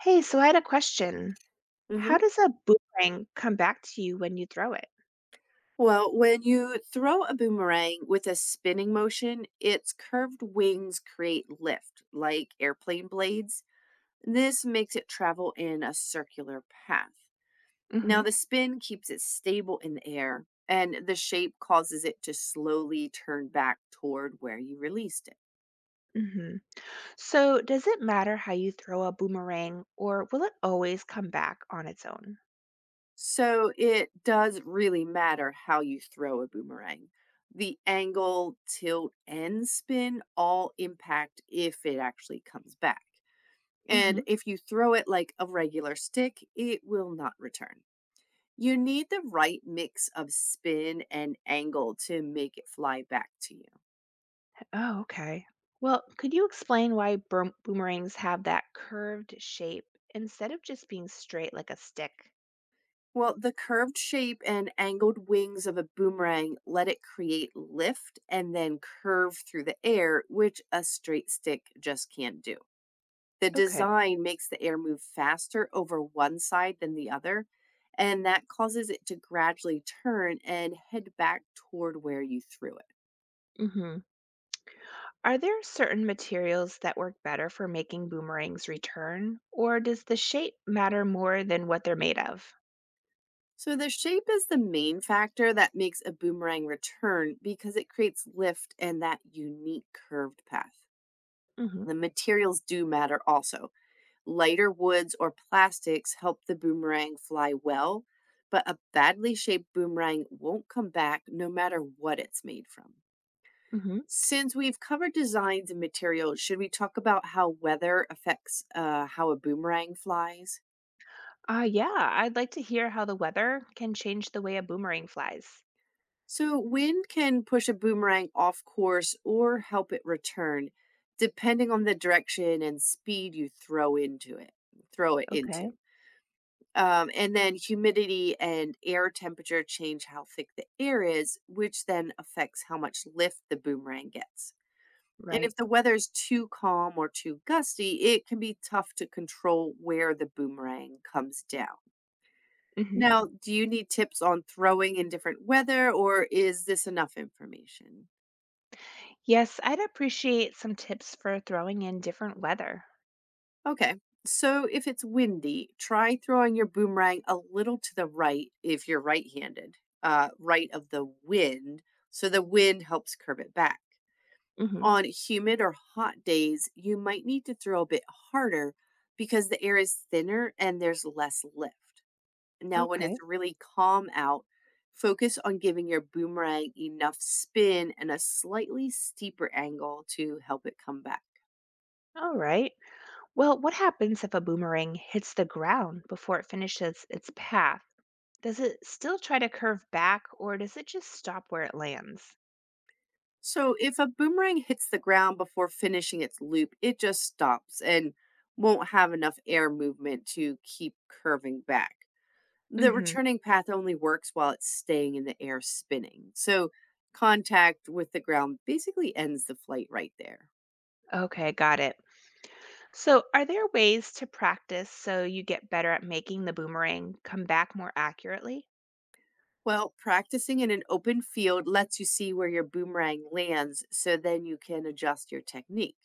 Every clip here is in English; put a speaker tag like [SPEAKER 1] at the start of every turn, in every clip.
[SPEAKER 1] Hey, so I had a question.
[SPEAKER 2] Mhm.
[SPEAKER 1] How does a boomerang come back to you when you throw it?
[SPEAKER 2] Well, when you throw a boomerang with a spinning motion, its curved wings create lift, like airplane blades. This makes it travel in a circular path. Now,
[SPEAKER 1] hmm
[SPEAKER 2] the spin keeps it stable in the air, and the shape causes it to slowly turn back toward where you released it.
[SPEAKER 1] hmm So, does it matter how you throw a boomerang, or will it always come back on its own?
[SPEAKER 2] So, it does really matter how you throw a boomerang. The angle, tilt, and spin all impact if it actually comes back. And
[SPEAKER 1] hmm
[SPEAKER 2] if you throw it like a regular stick, it will not return. You need the right mix of spin and angle to make it fly back to you.
[SPEAKER 1] Oh, okay. Well, could you explain why boomerangs have that curved shape instead of just being straight like a stick?
[SPEAKER 2] Well, the curved shape and angled wings of a boomerang let it create lift and then curve through the air, which a straight stick just can't do. The
[SPEAKER 1] Okay.
[SPEAKER 2] design makes the air move faster over one side than the other, and that causes it to gradually turn and head back toward where you threw it.
[SPEAKER 1] hmm Are there certain materials that work better for making boomerangs return, or does the shape matter more than what they're made of?
[SPEAKER 2] So the shape is the main factor that makes a boomerang return because it creates lift and that unique curved path.
[SPEAKER 1] Mm-hmm.
[SPEAKER 2] The materials do matter also. Lighter woods or plastics help the boomerang fly well, but a badly shaped boomerang won't come back no matter what it's made from.
[SPEAKER 1] Mm-hmm.
[SPEAKER 2] Since we've covered designs and materials, should we talk about how weather affects how a boomerang flies?
[SPEAKER 1] Yeah, I'd like to hear how the weather can change the way a boomerang flies.
[SPEAKER 2] So, wind can push a boomerang off course or help it return, depending on the direction and speed you throw into it. Throw it
[SPEAKER 1] Okay,
[SPEAKER 2] into, and then humidity and air temperature change how thick the air is, which then affects how much lift the boomerang gets. And
[SPEAKER 1] right.
[SPEAKER 2] if the weather is too calm or too gusty, it can be tough to control where the boomerang comes down.
[SPEAKER 1] Mm-hmm.
[SPEAKER 2] Now, do you need tips on throwing in different weather, or is this enough information?
[SPEAKER 1] Yes, I'd appreciate some tips for throwing in different weather.
[SPEAKER 2] Okay. So if it's windy, try throwing your boomerang a little to the right if you're right handed, right of the wind. So the wind helps curve it back.
[SPEAKER 1] Mm-hmm.
[SPEAKER 2] On humid or hot days, you might need to throw a bit harder because the air is thinner and there's less lift. Now, when
[SPEAKER 1] Okay,
[SPEAKER 2] it's really calm out, focus on giving your boomerang enough spin and a slightly steeper angle to help it come back.
[SPEAKER 1] all right. Well, what happens if a boomerang hits the ground before it finishes its path? Does it still try to curve back, or does it just stop where it lands?
[SPEAKER 2] So if a boomerang hits the ground before finishing its loop, it just stops and won't have enough air movement to keep curving back. The
[SPEAKER 1] hmm
[SPEAKER 2] returning path only works while it's staying in the air spinning. So contact with the ground basically ends the flight right there.
[SPEAKER 1] Okay, got it. So, are there ways to practice so you get better at making the boomerang come back more accurately?
[SPEAKER 2] Well, practicing in an open field lets you see where your boomerang lands so then you can adjust your technique.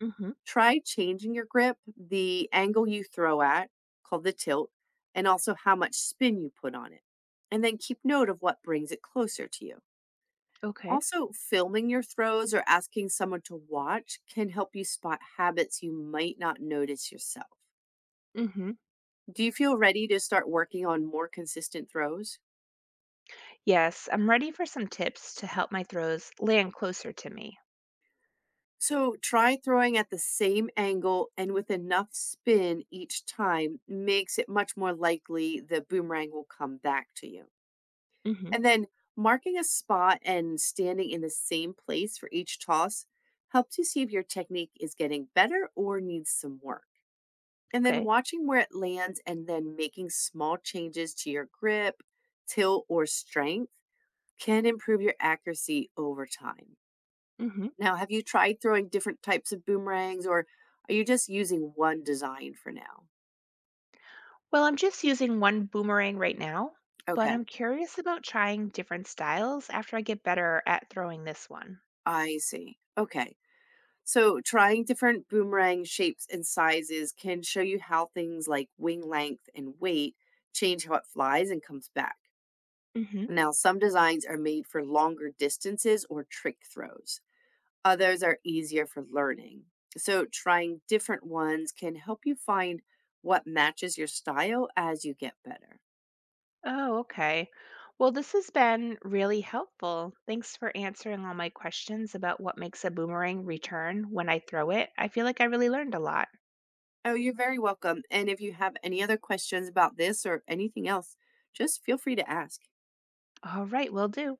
[SPEAKER 1] hmm
[SPEAKER 2] Try changing your grip, the angle you throw at, called the tilt, and also how much spin you put on it. And then keep note of what brings it closer to you.
[SPEAKER 1] Okay.
[SPEAKER 2] Also, filming your throws or asking someone to watch can help you spot habits you might not notice yourself.
[SPEAKER 1] hmm
[SPEAKER 2] Do you feel ready to start working on more consistent throws?
[SPEAKER 1] Yes, I'm ready for some tips to help my throws land closer to me.
[SPEAKER 2] So, try throwing at the same angle and with enough spin each time makes it much more likely the boomerang will come back to you.
[SPEAKER 1] hmm
[SPEAKER 2] And then marking a spot and standing in the same place for each toss helps you see if your technique is getting better or needs some work. And then
[SPEAKER 1] Okay.
[SPEAKER 2] watching where it lands and then making small changes to your grip, tilt, or strength can improve your accuracy over time.
[SPEAKER 1] hmm
[SPEAKER 2] Now, have you tried throwing different types of boomerangs or are you just using one design for now?
[SPEAKER 1] Well, I'm just using one boomerang right now, but
[SPEAKER 2] Okay,
[SPEAKER 1] I'm curious about trying different styles after I get better at throwing this one.
[SPEAKER 2] I see. Okay. So, trying different boomerang shapes and sizes can show you how things like wing length and weight change how it flies and comes back. Now, some designs are made for longer distances or trick throws, others are easier for learning. So, trying different ones can help you find what matches your style as you get better.
[SPEAKER 1] Oh, okay. Well, this has been really helpful. Thanks for answering all my questions about what makes a boomerang return when I throw it. I feel like I really learned a lot.
[SPEAKER 2] Oh, you're very welcome. And if you have any other questions about this or anything else, just feel free to ask.
[SPEAKER 1] All right, will do.